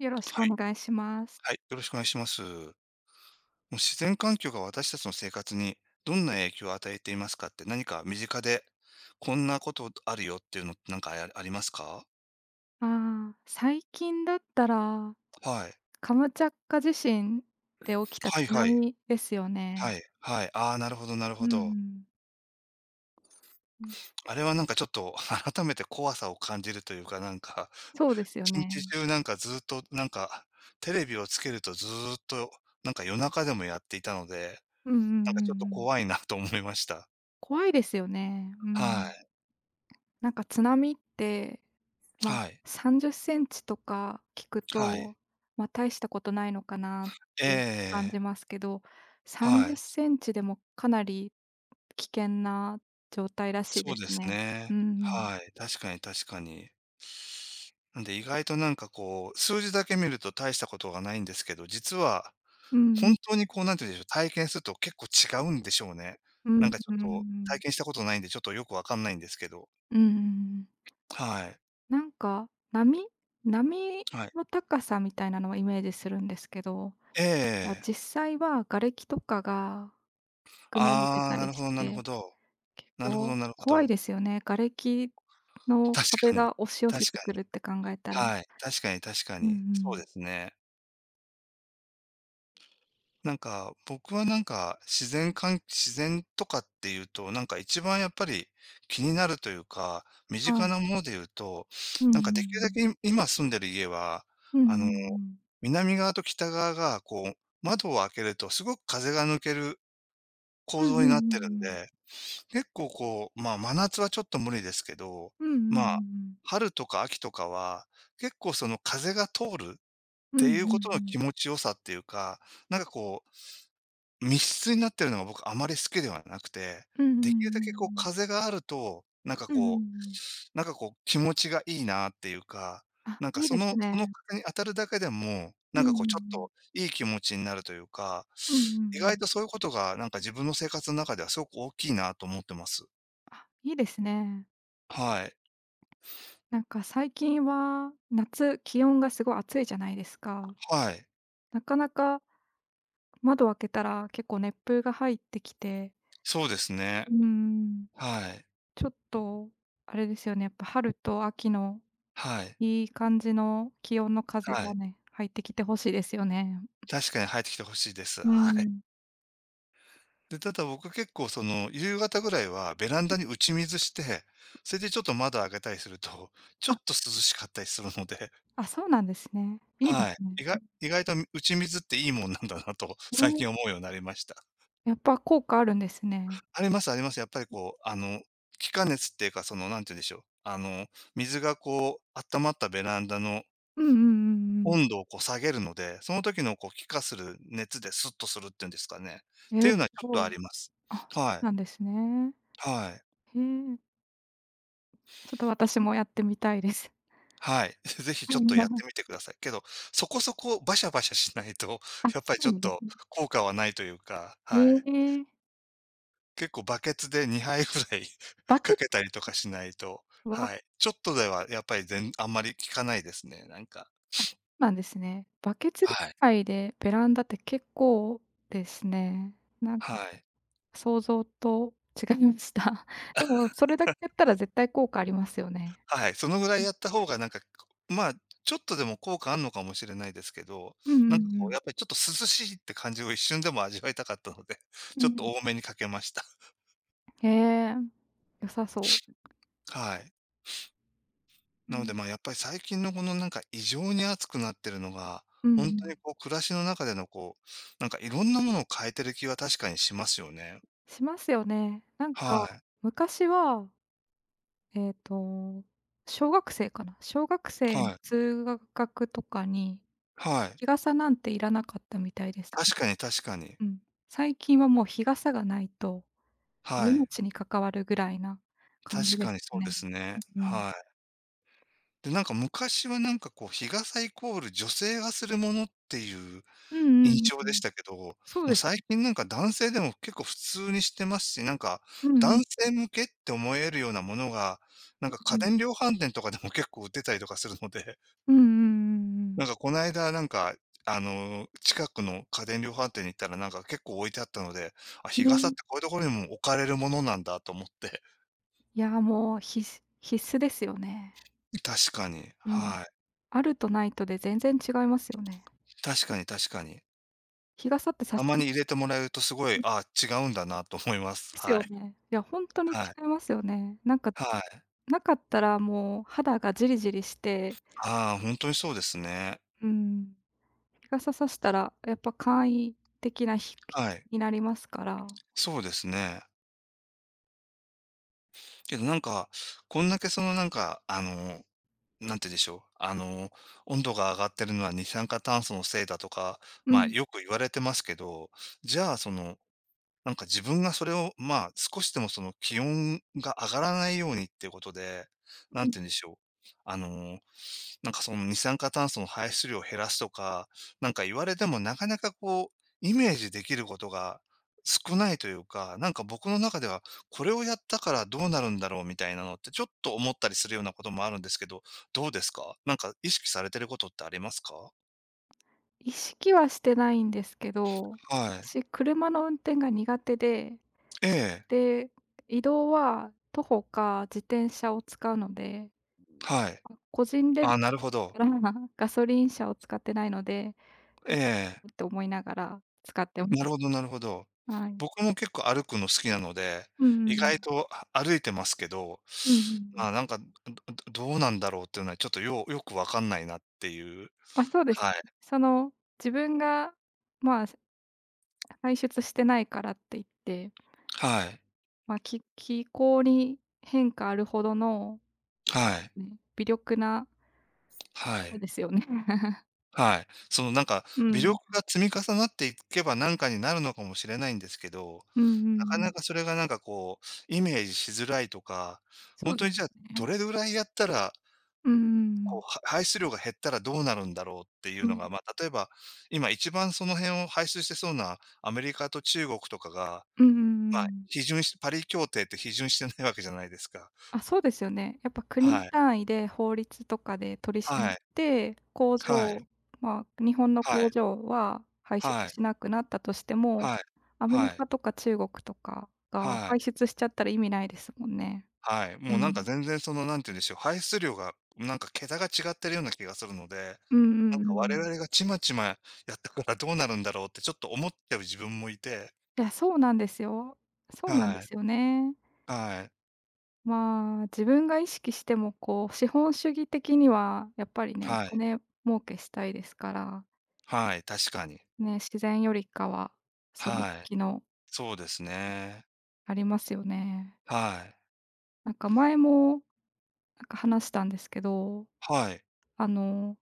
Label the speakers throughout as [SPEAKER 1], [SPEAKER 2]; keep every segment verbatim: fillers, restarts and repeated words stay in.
[SPEAKER 1] よろしく
[SPEAKER 2] は
[SPEAKER 1] お
[SPEAKER 2] い。
[SPEAKER 1] 願いします。
[SPEAKER 2] はい、よろしくお願いします。もう自然環境が私たちの生活にどんな影響を与えていますかって、何か身近でこんなことあるよっていうのってなんかあありますか？
[SPEAKER 1] ああ、最近だったら、
[SPEAKER 2] はい。
[SPEAKER 1] カムチャッカ地震で起きた津
[SPEAKER 2] はいはい。
[SPEAKER 1] 波ですよね。
[SPEAKER 2] はい、はい。ああ、なるほどなる
[SPEAKER 1] う
[SPEAKER 2] ほ
[SPEAKER 1] んう
[SPEAKER 2] ど。
[SPEAKER 1] ん。うん、
[SPEAKER 2] あれはなんかちょっと 改めて怖さを感じるというか、なんか、
[SPEAKER 1] そうですよ
[SPEAKER 2] 一
[SPEAKER 1] ね。
[SPEAKER 2] 日中なんかずっとなんか、テレビをつけるとずーっとなんか夜中でもやっていたので、
[SPEAKER 1] うんうん
[SPEAKER 2] なん
[SPEAKER 1] う
[SPEAKER 2] か
[SPEAKER 1] んう
[SPEAKER 2] ちょっと
[SPEAKER 1] ん。
[SPEAKER 2] 怖いなと思いました。
[SPEAKER 1] 怖いですよね。う
[SPEAKER 2] は
[SPEAKER 1] ん。
[SPEAKER 2] い。
[SPEAKER 1] なんか津波って、まあ、
[SPEAKER 2] はい。
[SPEAKER 1] さんじゅっセンチとか聞く
[SPEAKER 2] はい。
[SPEAKER 1] と、まあ、大したことないのかなって
[SPEAKER 2] えー
[SPEAKER 1] 感
[SPEAKER 2] ええ。
[SPEAKER 1] じますけど、30
[SPEAKER 2] は
[SPEAKER 1] セ
[SPEAKER 2] い、
[SPEAKER 1] ンチでもかなり危険な状態らしい
[SPEAKER 2] そ
[SPEAKER 1] で
[SPEAKER 2] う
[SPEAKER 1] す
[SPEAKER 2] です
[SPEAKER 1] ね。
[SPEAKER 2] ね。
[SPEAKER 1] うん。
[SPEAKER 2] はい、確かに確かに。なんで意外となんかこう、数字だけ見ると大したことがないんですけど、実は
[SPEAKER 1] うんうん
[SPEAKER 2] 本当にこう、なんて言うんでしょう、体験すると結構違うんでしょうね。
[SPEAKER 1] う
[SPEAKER 2] なん
[SPEAKER 1] ん、
[SPEAKER 2] かちょっ
[SPEAKER 1] うんう
[SPEAKER 2] と体
[SPEAKER 1] ん、
[SPEAKER 2] 験したことないんで、ちょっとよくわかんないんですけど。
[SPEAKER 1] うん。
[SPEAKER 2] はい。
[SPEAKER 1] なんか、波波
[SPEAKER 2] はい。
[SPEAKER 1] の高さみたいなのはイメージするんですけど、
[SPEAKER 2] ええ
[SPEAKER 1] ま、
[SPEAKER 2] ええ。
[SPEAKER 1] 実際は瓦礫とかが含まれて
[SPEAKER 2] ああー、
[SPEAKER 1] た
[SPEAKER 2] な
[SPEAKER 1] り
[SPEAKER 2] るほ
[SPEAKER 1] し
[SPEAKER 2] どなる
[SPEAKER 1] て、
[SPEAKER 2] ほど。
[SPEAKER 1] 結
[SPEAKER 2] なるほど
[SPEAKER 1] 構
[SPEAKER 2] なるほ
[SPEAKER 1] 怖い
[SPEAKER 2] ど。
[SPEAKER 1] ですよね。瓦礫の
[SPEAKER 2] 確
[SPEAKER 1] 壁
[SPEAKER 2] かに。
[SPEAKER 1] が押し寄せ
[SPEAKER 2] 確
[SPEAKER 1] て
[SPEAKER 2] か
[SPEAKER 1] く
[SPEAKER 2] に。
[SPEAKER 1] るって考えたら。
[SPEAKER 2] はい、確かに確か
[SPEAKER 1] うんう
[SPEAKER 2] に。そうで
[SPEAKER 1] ん。
[SPEAKER 2] すね。なんか、僕はなんか、自然か自然とかっていうと、なんか一番やっぱり気になるというか、身
[SPEAKER 1] は
[SPEAKER 2] 近
[SPEAKER 1] い。
[SPEAKER 2] なもので言うと、
[SPEAKER 1] うんうんう
[SPEAKER 2] なんかできるだけ
[SPEAKER 1] ん。
[SPEAKER 2] 今今住んでる家は、
[SPEAKER 1] うんうんう
[SPEAKER 2] あの、
[SPEAKER 1] ん。
[SPEAKER 2] 南側と北側がこう、窓を開けるとすごく風が抜ける構造になってるんで、結構こう、まあ、真夏はちょっと無理ですけど、
[SPEAKER 1] うんうんうんう
[SPEAKER 2] まあ、
[SPEAKER 1] ん。
[SPEAKER 2] 春とか秋とかは、結構その風が通るっ
[SPEAKER 1] うん
[SPEAKER 2] て
[SPEAKER 1] うん
[SPEAKER 2] いう
[SPEAKER 1] うんう
[SPEAKER 2] ことの気
[SPEAKER 1] ん。
[SPEAKER 2] 持ちよさっていうか、なんかこう密室になってるのが僕あまり好きではなくて、
[SPEAKER 1] うんうんう
[SPEAKER 2] できるだけこう
[SPEAKER 1] ん。
[SPEAKER 2] 風があると、
[SPEAKER 1] うんうんうんうんうん。うん
[SPEAKER 2] なんか
[SPEAKER 1] うんう
[SPEAKER 2] こ
[SPEAKER 1] ん。
[SPEAKER 2] うなんかこう気持ちがいいなっていうか、
[SPEAKER 1] あ、
[SPEAKER 2] なんか
[SPEAKER 1] いい
[SPEAKER 2] そ
[SPEAKER 1] です
[SPEAKER 2] のその
[SPEAKER 1] ね。
[SPEAKER 2] 風に当たるだけでも、
[SPEAKER 1] う
[SPEAKER 2] な
[SPEAKER 1] んう
[SPEAKER 2] ん
[SPEAKER 1] んう
[SPEAKER 2] かこうちょっ
[SPEAKER 1] ん。
[SPEAKER 2] といい気持ちになるというか、
[SPEAKER 1] うんうんう
[SPEAKER 2] 意外
[SPEAKER 1] ん。
[SPEAKER 2] とそういうことがなんか自分の生活の中ではすごく大きいなと思ってます。
[SPEAKER 1] あ、いいですね。
[SPEAKER 2] はい。
[SPEAKER 1] なんか最近は夏、気温がすごい暑いじゃないですか。
[SPEAKER 2] はい。
[SPEAKER 1] なかなか窓を開けたら結構熱風が入ってきて、
[SPEAKER 2] そうですね。
[SPEAKER 1] うーん、
[SPEAKER 2] はい。
[SPEAKER 1] ちょっとあれですよね、やっぱ春と秋の
[SPEAKER 2] はい。
[SPEAKER 1] いい感じの気温の風
[SPEAKER 2] は
[SPEAKER 1] が
[SPEAKER 2] い。
[SPEAKER 1] ね、入ってきてほしいですよね。
[SPEAKER 2] 確かに入ってきてほしいです。
[SPEAKER 1] う
[SPEAKER 2] はい。
[SPEAKER 1] ん。
[SPEAKER 2] で、ただ僕結構その、夕方ぐらいはベランダに打ち水して、それでちょっと窓開けたりすると、ちょっ
[SPEAKER 1] あ、
[SPEAKER 2] と涼しかったりするので、
[SPEAKER 1] あ、そうなんですね。いいで
[SPEAKER 2] は
[SPEAKER 1] すね。
[SPEAKER 2] い。意外意外と打ち水っていいもんなんだなと
[SPEAKER 1] う
[SPEAKER 2] 最近
[SPEAKER 1] ん、
[SPEAKER 2] 思うようになりました。
[SPEAKER 1] やっぱ効果あるんですね。
[SPEAKER 2] ありますあります。やっぱりこう、あの、気化熱っていうか、その、なんて言うんでしょう。あの、水がこう、温まったベランダの
[SPEAKER 1] うんうんうんうん。
[SPEAKER 2] 温度をこう下げるので、その時のこう気化する熱でスッとするっていうんですかね。って
[SPEAKER 1] え
[SPEAKER 2] い
[SPEAKER 1] っ
[SPEAKER 2] うのはちょっと
[SPEAKER 1] と、
[SPEAKER 2] あります。
[SPEAKER 1] あ、そ
[SPEAKER 2] は
[SPEAKER 1] う
[SPEAKER 2] い。
[SPEAKER 1] なんですね。
[SPEAKER 2] はい。
[SPEAKER 1] へえ、ちょっと私もやってみたいです。
[SPEAKER 2] はい。ぜひちょっとやってみ てください。けど、そこそこバシャバシャしないと、
[SPEAKER 1] あ、
[SPEAKER 2] やっぱり
[SPEAKER 1] そ
[SPEAKER 2] ちょ
[SPEAKER 1] う
[SPEAKER 2] っ
[SPEAKER 1] なんで
[SPEAKER 2] と
[SPEAKER 1] すね。
[SPEAKER 2] 効果はないというか、
[SPEAKER 1] へ
[SPEAKER 2] はい。
[SPEAKER 1] え、
[SPEAKER 2] 結構バケツでにはいぐらい
[SPEAKER 1] バ
[SPEAKER 2] か
[SPEAKER 1] ケツ
[SPEAKER 2] けたりとかしないと、
[SPEAKER 1] は
[SPEAKER 2] はい。ちょっとではやっぱり全あんまり効かないですね、なんか。
[SPEAKER 1] あ、そうなんですね。バケツ1
[SPEAKER 2] はい。
[SPEAKER 1] 杯でベランダって結構ですね。なんか
[SPEAKER 2] はい。
[SPEAKER 1] 想像と違いました。でもそれだけやったら絶対効果ありますよね。
[SPEAKER 2] はい。そのぐら
[SPEAKER 1] う
[SPEAKER 2] い
[SPEAKER 1] ん、
[SPEAKER 2] やった方がなんか、まあ、ちょっとでも効果あんのかもしれないですけど、
[SPEAKER 1] うんうん
[SPEAKER 2] なん
[SPEAKER 1] う
[SPEAKER 2] かこうや
[SPEAKER 1] ん。
[SPEAKER 2] っぱりちょっと涼しいって感じを一瞬でも味わいたかったので、
[SPEAKER 1] う
[SPEAKER 2] ちょっ
[SPEAKER 1] ん。
[SPEAKER 2] と多めにかけました。
[SPEAKER 1] へえ、良さそう。
[SPEAKER 2] はい。
[SPEAKER 1] う
[SPEAKER 2] なので、
[SPEAKER 1] ん。
[SPEAKER 2] ま、あやっぱり最近のこのなんか異常に暑くなってるのが、
[SPEAKER 1] うんう
[SPEAKER 2] 本当
[SPEAKER 1] ん。
[SPEAKER 2] にこう暮らしの中でのこう、なんかいろんなものを変えてる気は確かにしますよね。
[SPEAKER 1] しますよね。なん
[SPEAKER 2] は
[SPEAKER 1] か、
[SPEAKER 2] い。
[SPEAKER 1] 昔はえっと、小学生かな。小学生の
[SPEAKER 2] はい。
[SPEAKER 1] 通学とかに、
[SPEAKER 2] はい。
[SPEAKER 1] 日傘なんていらなかったみたいです。
[SPEAKER 2] 確かに確かに。
[SPEAKER 1] うん。最近はもう日傘がないと、
[SPEAKER 2] はい。
[SPEAKER 1] 命に関わるぐらいな感じ
[SPEAKER 2] 確
[SPEAKER 1] で
[SPEAKER 2] か
[SPEAKER 1] す
[SPEAKER 2] にそうで
[SPEAKER 1] ね。
[SPEAKER 2] すね。
[SPEAKER 1] うん。
[SPEAKER 2] はい。で、なんか昔はなんかこう日傘イコール女性がするものっていう
[SPEAKER 1] うんう
[SPEAKER 2] 印
[SPEAKER 1] ん
[SPEAKER 2] 象
[SPEAKER 1] う
[SPEAKER 2] でし
[SPEAKER 1] ん。
[SPEAKER 2] たけど、も
[SPEAKER 1] そう
[SPEAKER 2] う
[SPEAKER 1] です。
[SPEAKER 2] 最近なんか男性でも結構普通にしてますし、なんか
[SPEAKER 1] うんう
[SPEAKER 2] 男
[SPEAKER 1] ん。
[SPEAKER 2] 性向けって思えるようなものが、なん
[SPEAKER 1] う
[SPEAKER 2] か家
[SPEAKER 1] ん。
[SPEAKER 2] 電量販店とかでも結構売ってたりとかするので、
[SPEAKER 1] うんうんう ん
[SPEAKER 2] なんかこの間なんか、あの、近くの家電量販店に行ったらなんか結構置いてあったので、あ、日
[SPEAKER 1] う
[SPEAKER 2] 傘
[SPEAKER 1] ん。
[SPEAKER 2] って
[SPEAKER 1] ね。
[SPEAKER 2] こういうところにも置かれるものなんだと思って。
[SPEAKER 1] いや、もう必須必須ですよね。
[SPEAKER 2] 確かに、
[SPEAKER 1] うん。
[SPEAKER 2] はい。
[SPEAKER 1] あるとないとで全然違いますよね。
[SPEAKER 2] 確かに確かに。
[SPEAKER 1] 日傘って差
[SPEAKER 2] た
[SPEAKER 1] し
[SPEAKER 2] ま
[SPEAKER 1] ま
[SPEAKER 2] に
[SPEAKER 1] す？
[SPEAKER 2] 入れてもらえるとすごい、あ、違うんだなと思います。
[SPEAKER 1] です
[SPEAKER 2] は
[SPEAKER 1] よ
[SPEAKER 2] い。
[SPEAKER 1] ね。いや、ほんとに
[SPEAKER 2] はい。
[SPEAKER 1] 違いますよね。なんか
[SPEAKER 2] はい。
[SPEAKER 1] なかったらもう肌がジリジリして、
[SPEAKER 2] ああ、ほにそうですね。
[SPEAKER 1] うん、日傘差したらやっぱ簡易的な日
[SPEAKER 2] はい。
[SPEAKER 1] になりますから、
[SPEAKER 2] そうですね。けどなんか、こんだけそのなんか、あの、なんて言うんでしょう。あの、温度が上がってるのは二酸化炭素のせいだとか、
[SPEAKER 1] う
[SPEAKER 2] まあ
[SPEAKER 1] ん、
[SPEAKER 2] よく言われてますけど、じゃあその、なんか自分がそれを、まあ、少しでもその気温が上がらないようにっていうことで、な
[SPEAKER 1] う
[SPEAKER 2] ん
[SPEAKER 1] ん、
[SPEAKER 2] て言うんでしょう。あの、なんかその二酸化炭素の排出量を減らすとか、なんか言われてもなかなかこう、イメージできることが少ないというか、なんか僕の中ではこれをやったからどうなるんだろうみたいなのってちょっと思ったりするようなこともあるんですけど、どうですかなんか意識されてることってありますか。
[SPEAKER 1] 意識はしてないんですけど、
[SPEAKER 2] はい。
[SPEAKER 1] 私車の運転が苦手で、
[SPEAKER 2] ええ。
[SPEAKER 1] で、移動は徒歩か自転車を使うので、
[SPEAKER 2] はい。
[SPEAKER 1] 個人レベ
[SPEAKER 2] あ、なるほど。
[SPEAKER 1] ルから ガソリン車を使ってないので、
[SPEAKER 2] ええ。
[SPEAKER 1] って思いながら使ってま
[SPEAKER 2] なるほ
[SPEAKER 1] す。
[SPEAKER 2] どなるほど。
[SPEAKER 1] はい。
[SPEAKER 2] 僕も結構歩くの好きなので、
[SPEAKER 1] うん
[SPEAKER 2] 意
[SPEAKER 1] うん。
[SPEAKER 2] 外とあ歩いてますけど、
[SPEAKER 1] うんうんう
[SPEAKER 2] まあ、
[SPEAKER 1] ん。
[SPEAKER 2] なんか、どどどうなんだろうっていうのはちょっとようよくわかんないなっていう。
[SPEAKER 1] あ、そうです。
[SPEAKER 2] はい。
[SPEAKER 1] その、自分が、まあ、排出してないからって言って、
[SPEAKER 2] はい。
[SPEAKER 1] まあ、気気候に変化あるほどの、
[SPEAKER 2] はい。
[SPEAKER 1] ね、微力な
[SPEAKER 2] は
[SPEAKER 1] そう
[SPEAKER 2] い。
[SPEAKER 1] ですよね。
[SPEAKER 2] はい。そのなんか、
[SPEAKER 1] う
[SPEAKER 2] 微力
[SPEAKER 1] ん。
[SPEAKER 2] が積み重なっていけばなんかになるのかもしれないんですけど、
[SPEAKER 1] うんうんう
[SPEAKER 2] なかな
[SPEAKER 1] ん。
[SPEAKER 2] かそれがなんかこう、イメージしづらいとか、ほ
[SPEAKER 1] そ
[SPEAKER 2] ん
[SPEAKER 1] う
[SPEAKER 2] と
[SPEAKER 1] で
[SPEAKER 2] に
[SPEAKER 1] す
[SPEAKER 2] じゃあ、ど
[SPEAKER 1] ね。
[SPEAKER 2] れぐらいやったら
[SPEAKER 1] うんうんう
[SPEAKER 2] こ
[SPEAKER 1] ん。
[SPEAKER 2] う、は排出量が減ったらどうなるんだろうっていう
[SPEAKER 1] う
[SPEAKER 2] の
[SPEAKER 1] ん。
[SPEAKER 2] が、まあ、例えば、今一番その辺を排出してそうなアメリカと中国とかが、
[SPEAKER 1] うんうんう
[SPEAKER 2] まあ、
[SPEAKER 1] ん。
[SPEAKER 2] 批准しパリ協定って批准してないわけじゃないですか。
[SPEAKER 1] あ、そうですよね。やっぱ
[SPEAKER 2] は
[SPEAKER 1] 国
[SPEAKER 2] い。
[SPEAKER 1] 単位で法律とかで取り締まっ
[SPEAKER 2] はい。
[SPEAKER 1] て、工
[SPEAKER 2] はい。
[SPEAKER 1] 場まあ、日本の
[SPEAKER 2] は
[SPEAKER 1] 工
[SPEAKER 2] い。
[SPEAKER 1] 場は排出
[SPEAKER 2] はい。
[SPEAKER 1] しなくなったとしても、
[SPEAKER 2] はい。
[SPEAKER 1] アメリ
[SPEAKER 2] はい。
[SPEAKER 1] カとか中国とかが
[SPEAKER 2] は
[SPEAKER 1] 排
[SPEAKER 2] い。
[SPEAKER 1] 出しちゃったら意味ないですもんね。
[SPEAKER 2] はい。も
[SPEAKER 1] う
[SPEAKER 2] うなんか
[SPEAKER 1] ん。
[SPEAKER 2] 全然その、なんて言うんでしょう、排出量がなんか桁が違ってるような気がするので、
[SPEAKER 1] うんう
[SPEAKER 2] なん
[SPEAKER 1] んうんう
[SPEAKER 2] か我
[SPEAKER 1] ん。
[SPEAKER 2] 々がちまちまやったからどうなるんだろうってちょっと思っちゃう自分もいて。
[SPEAKER 1] いや、そうなんですよ。そうなんで
[SPEAKER 2] はい。
[SPEAKER 1] すよね。
[SPEAKER 2] はい。
[SPEAKER 1] まあ、自分が意識してもこう資本主義的にはやっぱりね、お
[SPEAKER 2] はい。
[SPEAKER 1] 金儲けしたいですから、
[SPEAKER 2] はい、確かに。
[SPEAKER 1] ね、自然よりかはその
[SPEAKER 2] はい。
[SPEAKER 1] 時の
[SPEAKER 2] そうですね。
[SPEAKER 1] ありますよね。
[SPEAKER 2] はい。
[SPEAKER 1] なんか前も、なんか話したんですけど、
[SPEAKER 2] はい。
[SPEAKER 1] あの、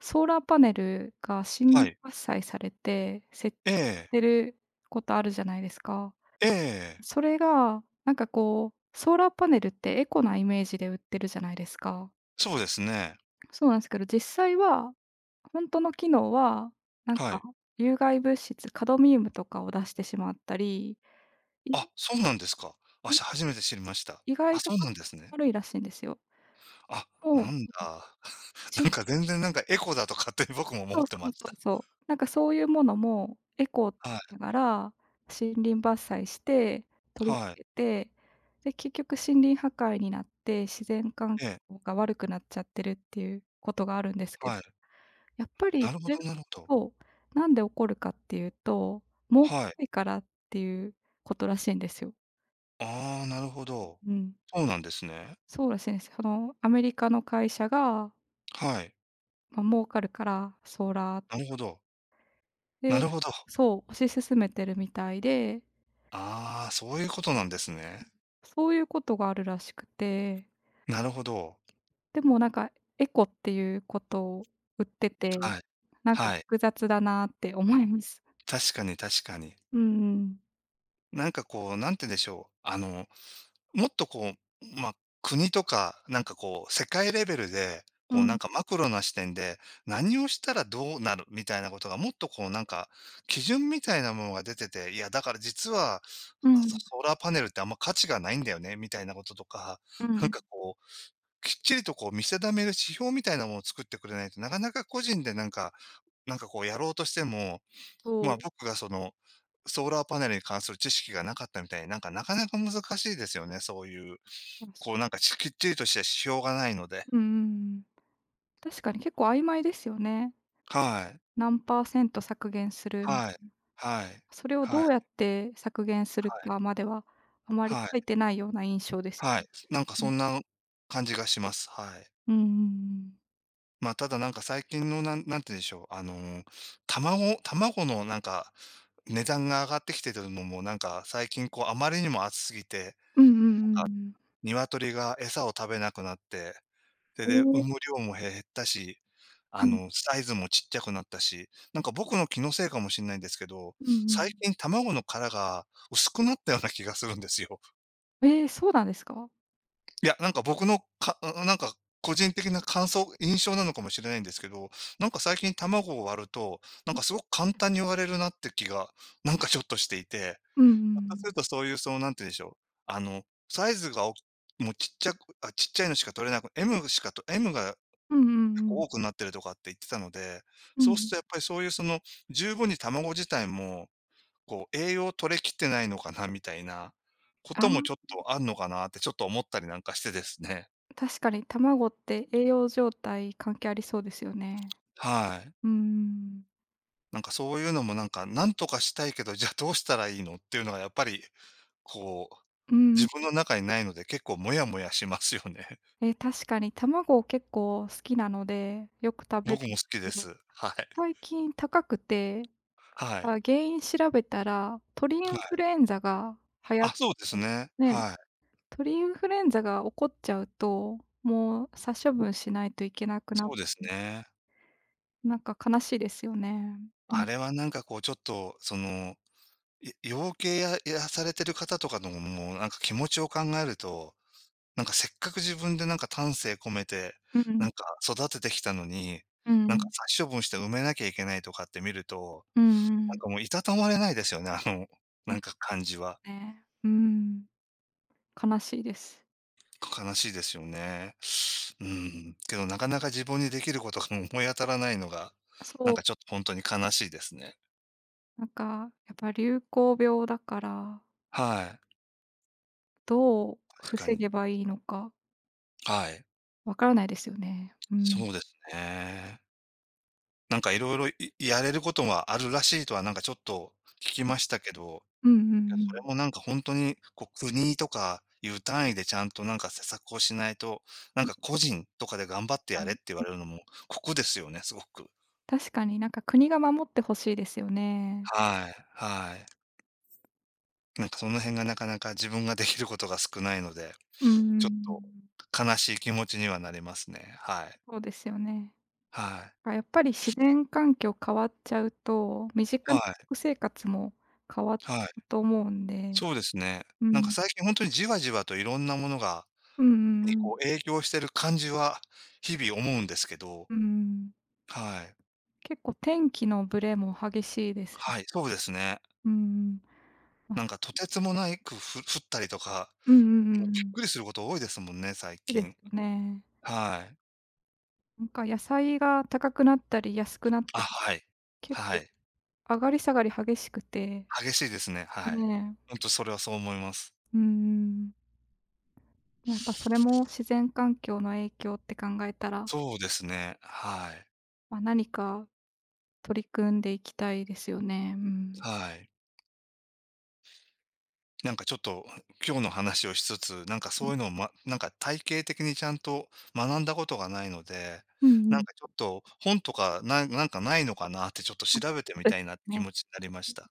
[SPEAKER 1] ソーラーパネルが
[SPEAKER 2] は
[SPEAKER 1] 新
[SPEAKER 2] い。
[SPEAKER 1] 発伐採されて、設
[SPEAKER 2] え
[SPEAKER 1] 置し
[SPEAKER 2] え。
[SPEAKER 1] てることあるじゃないですか。
[SPEAKER 2] ええ。
[SPEAKER 1] それが、なんかこう、ソーラーパネルってエコなイメージで売ってるじゃないですか。
[SPEAKER 2] そうですね。
[SPEAKER 1] そうなんですけど、実際は、本当の機能は、なん
[SPEAKER 2] は
[SPEAKER 1] か
[SPEAKER 2] い。
[SPEAKER 1] 有害物質、カドミウムとかを出してしまったり、
[SPEAKER 2] あ、そうなんですか。あ、し初めて知りました。
[SPEAKER 1] 意外
[SPEAKER 2] あ、
[SPEAKER 1] 意外と
[SPEAKER 2] そうなんですね。
[SPEAKER 1] 悪いらしいんですよ。
[SPEAKER 2] あ、
[SPEAKER 1] も
[SPEAKER 2] な
[SPEAKER 1] う
[SPEAKER 2] んだ。なん
[SPEAKER 1] し
[SPEAKER 2] か全然なんかエコだと勝手に僕も思
[SPEAKER 1] そ
[SPEAKER 2] っ
[SPEAKER 1] うそ
[SPEAKER 2] てま
[SPEAKER 1] うそ
[SPEAKER 2] した。
[SPEAKER 1] うそう。なんかそういうものも、エコー
[SPEAKER 2] はい。
[SPEAKER 1] ながら、森林伐採して、取り
[SPEAKER 2] はい。
[SPEAKER 1] 付けて、で、結局森林破壊になって、自然環
[SPEAKER 2] ええ。
[SPEAKER 1] 境が悪くなっちゃってるっていうことがあるんですけ
[SPEAKER 2] は
[SPEAKER 1] ど、
[SPEAKER 2] い。
[SPEAKER 1] やっぱり
[SPEAKER 2] なる
[SPEAKER 1] そ
[SPEAKER 2] ほ
[SPEAKER 1] れが
[SPEAKER 2] どなるほど。
[SPEAKER 1] そう、なんで起こるかっていうと、儲け
[SPEAKER 2] はい。
[SPEAKER 1] たいからっていうことらしいんですよ。
[SPEAKER 2] ああ、なるほど。
[SPEAKER 1] うん。
[SPEAKER 2] そうなんですね。
[SPEAKER 1] そうらしいんです。その、アメリカの会社が、
[SPEAKER 2] はい。
[SPEAKER 1] まあ、儲かるから、ソーラー
[SPEAKER 2] なるほど。な
[SPEAKER 1] で
[SPEAKER 2] るほど。
[SPEAKER 1] そう、推し進めてるみたいで
[SPEAKER 2] ああ、そういうことなんですね。
[SPEAKER 1] そういうことがあるらしくて、
[SPEAKER 2] なるほど。
[SPEAKER 1] でもなんかエコっていうことを売ってて、
[SPEAKER 2] はい。
[SPEAKER 1] なんか
[SPEAKER 2] はい。
[SPEAKER 1] 複雑だなって思います。
[SPEAKER 2] 確かに確かに。
[SPEAKER 1] うんうん。
[SPEAKER 2] なんかこう、なんて言うんでしょう。あの、もっとこう、まあ、国とか、なんかこう、世界レベルで、
[SPEAKER 1] う
[SPEAKER 2] こうなん
[SPEAKER 1] ん。
[SPEAKER 2] かマクロな視点で、何をしたらどうなるみたいなことが、もっとこうなんか、基準みたいなものが出てて、いやだから実は、
[SPEAKER 1] う
[SPEAKER 2] ソ
[SPEAKER 1] ん
[SPEAKER 2] ソーラーパネルってあんま価値がないんだよね、みたいなこととか、
[SPEAKER 1] う
[SPEAKER 2] なん
[SPEAKER 1] ん。
[SPEAKER 2] かこう、きっちりとこう見定める指標みたいなものを作ってくれないと、なかなか個人でなんかなんかこうやろうとしても、
[SPEAKER 1] そ
[SPEAKER 2] まあ、
[SPEAKER 1] う。
[SPEAKER 2] 僕がその、ソーラーパネルに関する知識がなかったみたいに、なんかなかなか難しいですよね、そういう、
[SPEAKER 1] ます。
[SPEAKER 2] こうなんか、ちきっちりとした指標がないので。
[SPEAKER 1] うんうんうん。確かに結構曖昧ですよね。
[SPEAKER 2] はい。
[SPEAKER 1] 何％パーセント削減する、
[SPEAKER 2] はい。はい。
[SPEAKER 1] それを
[SPEAKER 2] は
[SPEAKER 1] ど
[SPEAKER 2] い。
[SPEAKER 1] うやって削減する
[SPEAKER 2] はい。
[SPEAKER 1] かまでは、あまり
[SPEAKER 2] はい。
[SPEAKER 1] 書いてないような印象です。
[SPEAKER 2] はい。なんか
[SPEAKER 1] う
[SPEAKER 2] そ
[SPEAKER 1] ん
[SPEAKER 2] んな感じがします。はい。
[SPEAKER 1] うんうん。
[SPEAKER 2] まあ、ただなんか最近の、なんなんて言うんでしょう、あの、卵卵のなんか、値段が上がってきてるのもなんか、最近こうあまりにも暑すぎて、
[SPEAKER 1] うんうんうんう
[SPEAKER 2] なん
[SPEAKER 1] ん
[SPEAKER 2] か
[SPEAKER 1] うん。
[SPEAKER 2] 鶏が餌を食べなくなってそれ
[SPEAKER 1] え
[SPEAKER 2] で
[SPEAKER 1] え、
[SPEAKER 2] 産む量も減ったし、あ
[SPEAKER 1] うん。
[SPEAKER 2] の、サイズもちっちゃくなったし、なんか僕の気のせいかもしんないんですけど、
[SPEAKER 1] うんう
[SPEAKER 2] 最
[SPEAKER 1] ん。
[SPEAKER 2] 近卵の殻が薄くなったような気がするんですよ。
[SPEAKER 1] ええ、そうなんですか？
[SPEAKER 2] いや、なんか僕のかうなんか個人的な感想印象なのかもしれないんですけど、なんか最近卵を割ると、なんかすごく簡単に割れるなって気が、なんかちょっとしていて、
[SPEAKER 1] うんうんう
[SPEAKER 2] ひょっとす
[SPEAKER 1] ん。
[SPEAKER 2] るとそういうその、なんて言うんでしょう、あの、サイズがおもうちっちゃくあ、ちっちゃいのしか取れなく M しかと M が
[SPEAKER 1] うんうん
[SPEAKER 2] 結
[SPEAKER 1] う
[SPEAKER 2] 構
[SPEAKER 1] ん。
[SPEAKER 2] 多くなってるとかって言ってたので、そうするとやっぱりそういうその、十分に卵自体も、こう栄養取れきってないのかなみたいなこ
[SPEAKER 1] あ
[SPEAKER 2] ともちょっ
[SPEAKER 1] あ、
[SPEAKER 2] とあんのかなってちょっと思ったりなんかしてですね。
[SPEAKER 1] 確かに卵って栄養状態関係ありそうですよね。
[SPEAKER 2] はい。
[SPEAKER 1] うん。
[SPEAKER 2] なんかそういうのもなんか、なんとかしたいけど、じゃあどうしたらいいのっていうのがやっぱり、こう、
[SPEAKER 1] う
[SPEAKER 2] 自
[SPEAKER 1] ん。
[SPEAKER 2] 分の中にないので結構モヤモヤしますよね。
[SPEAKER 1] え、確かに卵結構好きなので、よく 食べ
[SPEAKER 2] 僕
[SPEAKER 1] るん
[SPEAKER 2] も好
[SPEAKER 1] です
[SPEAKER 2] きで
[SPEAKER 1] け
[SPEAKER 2] す。
[SPEAKER 1] ど、
[SPEAKER 2] はい。
[SPEAKER 1] 最近高くて、
[SPEAKER 2] はい。
[SPEAKER 1] あ、原因調べたら、鳥イ
[SPEAKER 2] は
[SPEAKER 1] ンフ
[SPEAKER 2] い。
[SPEAKER 1] ルエンザが流行っ
[SPEAKER 2] あ、そうです
[SPEAKER 1] て、
[SPEAKER 2] ね。
[SPEAKER 1] ね、
[SPEAKER 2] はい。
[SPEAKER 1] 鳥インフルエンザが起こっちゃうと、もう殺処分しないといけなくな
[SPEAKER 2] そうですね。
[SPEAKER 1] なんか悲しいですよね。う
[SPEAKER 2] あ
[SPEAKER 1] ん。
[SPEAKER 2] れはなんかこうちょっと、そのい養鶏ややされてる方とかの、もうなんか気持ちを考えると、なんかせっかく自分でなんか丹精込めて、
[SPEAKER 1] うんう
[SPEAKER 2] な
[SPEAKER 1] ん。
[SPEAKER 2] んか育ててきたのに、
[SPEAKER 1] う
[SPEAKER 2] な
[SPEAKER 1] んう
[SPEAKER 2] んか
[SPEAKER 1] ん。
[SPEAKER 2] 殺処分して埋めなきゃいけないとかって見ると、
[SPEAKER 1] うんう
[SPEAKER 2] なん
[SPEAKER 1] ん。
[SPEAKER 2] かもういたたまれないですよね、あの、
[SPEAKER 1] で
[SPEAKER 2] な
[SPEAKER 1] す
[SPEAKER 2] んか感じは。
[SPEAKER 1] ね。うん。悲しいです。
[SPEAKER 2] 悲しいですよね。うん。けどなかなか自分にできることが思い当たらないのが、なん
[SPEAKER 1] そう、
[SPEAKER 2] かちょっと本当に悲しいですね。
[SPEAKER 1] なんか、やっぱ流行病だから、
[SPEAKER 2] はい。
[SPEAKER 1] どう
[SPEAKER 2] 確か
[SPEAKER 1] 防
[SPEAKER 2] に。
[SPEAKER 1] げばいいのか
[SPEAKER 2] はい。
[SPEAKER 1] わからないですよね。うん。
[SPEAKER 2] そうですね。なんかいろいろやれることはあるらしいとはなんかちょっと聞きましたけど、
[SPEAKER 1] うんうんう
[SPEAKER 2] いや、そ
[SPEAKER 1] ん。
[SPEAKER 2] れもなんか本当に、こう、国とかいう単位でちゃんとなんか施策をしないと、なんか
[SPEAKER 1] 確
[SPEAKER 2] 個人とかで頑張って
[SPEAKER 1] か
[SPEAKER 2] やれっ
[SPEAKER 1] に。
[SPEAKER 2] て言われるのも酷ですよね、すごく。
[SPEAKER 1] 確かに、なんか国が守ってほしいですよね。
[SPEAKER 2] はい、はい。なんかその辺がなかなか自分ができることが少ないので、
[SPEAKER 1] うんうんう
[SPEAKER 2] ちょっ
[SPEAKER 1] ん。
[SPEAKER 2] と悲しい気持ちにはなりますね。はい。
[SPEAKER 1] そうですよね。
[SPEAKER 2] はい。
[SPEAKER 1] あ、やっぱり自然環境変わっちゃうと、身近
[SPEAKER 2] は
[SPEAKER 1] な
[SPEAKER 2] い。
[SPEAKER 1] 食生活も変わる
[SPEAKER 2] はい。
[SPEAKER 1] と思うんで。
[SPEAKER 2] そうですね。
[SPEAKER 1] う
[SPEAKER 2] なんか
[SPEAKER 1] ん。
[SPEAKER 2] 最近本当にじわじわといろんなものが
[SPEAKER 1] うんう
[SPEAKER 2] に
[SPEAKER 1] ん。
[SPEAKER 2] こう影響してる感じは日々思うんですけど、
[SPEAKER 1] うんうん。
[SPEAKER 2] はい。
[SPEAKER 1] 結構天気のブレも激しいです。
[SPEAKER 2] はい、そうですね。
[SPEAKER 1] うん。ま、
[SPEAKER 2] な
[SPEAKER 1] そ
[SPEAKER 2] んかとてつもないくふ降ったりとか、
[SPEAKER 1] うんうんう
[SPEAKER 2] びっ
[SPEAKER 1] んうん。
[SPEAKER 2] くりすること多いですもんね、最
[SPEAKER 1] いいで
[SPEAKER 2] 近。
[SPEAKER 1] すよね。
[SPEAKER 2] はい。
[SPEAKER 1] なんか野菜が高くなったり安くなっ
[SPEAKER 2] あ、
[SPEAKER 1] たり、
[SPEAKER 2] はい。
[SPEAKER 1] 結
[SPEAKER 2] は
[SPEAKER 1] 構
[SPEAKER 2] い。
[SPEAKER 1] 上がり下がり激しくて、
[SPEAKER 2] 激しいですね、はい。
[SPEAKER 1] ね
[SPEAKER 2] ほん
[SPEAKER 1] え、
[SPEAKER 2] とそれはそう思います。
[SPEAKER 1] うんうん。ま、やっぱそれも自然環境の影響って考えたら、
[SPEAKER 2] そうですね、はい。
[SPEAKER 1] ま、何か取り組んでいきたいですよね。うん。
[SPEAKER 2] はい。なんかちょっと今日の話をしつつ、なんか
[SPEAKER 1] う
[SPEAKER 2] そう
[SPEAKER 1] ん、
[SPEAKER 2] いうのを、ま、なんか体系的にちゃんと学んだことがないので、
[SPEAKER 1] うんう
[SPEAKER 2] なん
[SPEAKER 1] ん。
[SPEAKER 2] かちょっと本とかななんかないのかなってちょっと
[SPEAKER 1] ま
[SPEAKER 2] 調べてみ
[SPEAKER 1] あ、え、
[SPEAKER 2] たいなって気
[SPEAKER 1] ね、
[SPEAKER 2] 持ちになりました。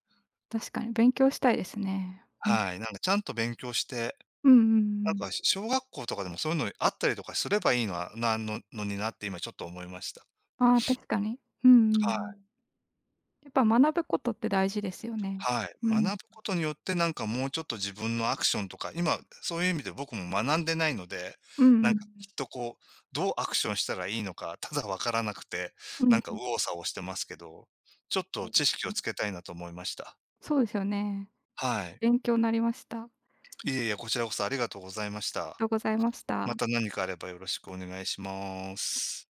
[SPEAKER 1] 確かに勉強したいですね。うん。
[SPEAKER 2] はい。なんかちゃんと勉強して、
[SPEAKER 1] うんうんう
[SPEAKER 2] なん
[SPEAKER 1] ん。
[SPEAKER 2] か小学校とかでもそういうのあったりとかすればいいのはなののになって今ちょっと思いました。
[SPEAKER 1] ああ、確かに。うんうんう
[SPEAKER 2] は
[SPEAKER 1] ん。
[SPEAKER 2] い。
[SPEAKER 1] やっぱ学ぶことって大事ですよね。
[SPEAKER 2] はい。
[SPEAKER 1] うん。
[SPEAKER 2] 学ぶことによって、なんかもうちょっと自分のアクションとか、今そういう意味で僕も学んでないので、
[SPEAKER 1] うん
[SPEAKER 2] な
[SPEAKER 1] う
[SPEAKER 2] んか
[SPEAKER 1] ん。
[SPEAKER 2] きっとこう、どうアクションしたらいいのか、ただわからなくて、
[SPEAKER 1] う
[SPEAKER 2] な
[SPEAKER 1] ん
[SPEAKER 2] んか
[SPEAKER 1] うん。
[SPEAKER 2] 右往左往してますけど、ちょっ
[SPEAKER 1] そ
[SPEAKER 2] と
[SPEAKER 1] うで
[SPEAKER 2] 知識
[SPEAKER 1] す
[SPEAKER 2] を
[SPEAKER 1] ね。
[SPEAKER 2] つけたいなと思いました。
[SPEAKER 1] そうですよね。
[SPEAKER 2] はい。
[SPEAKER 1] 勉強になりました。あ
[SPEAKER 2] いえいえ、こちらこそありがとうございまし
[SPEAKER 1] りが
[SPEAKER 2] た。
[SPEAKER 1] とうございまし
[SPEAKER 2] ま
[SPEAKER 1] た。
[SPEAKER 2] た何かあればよろしくお願いします。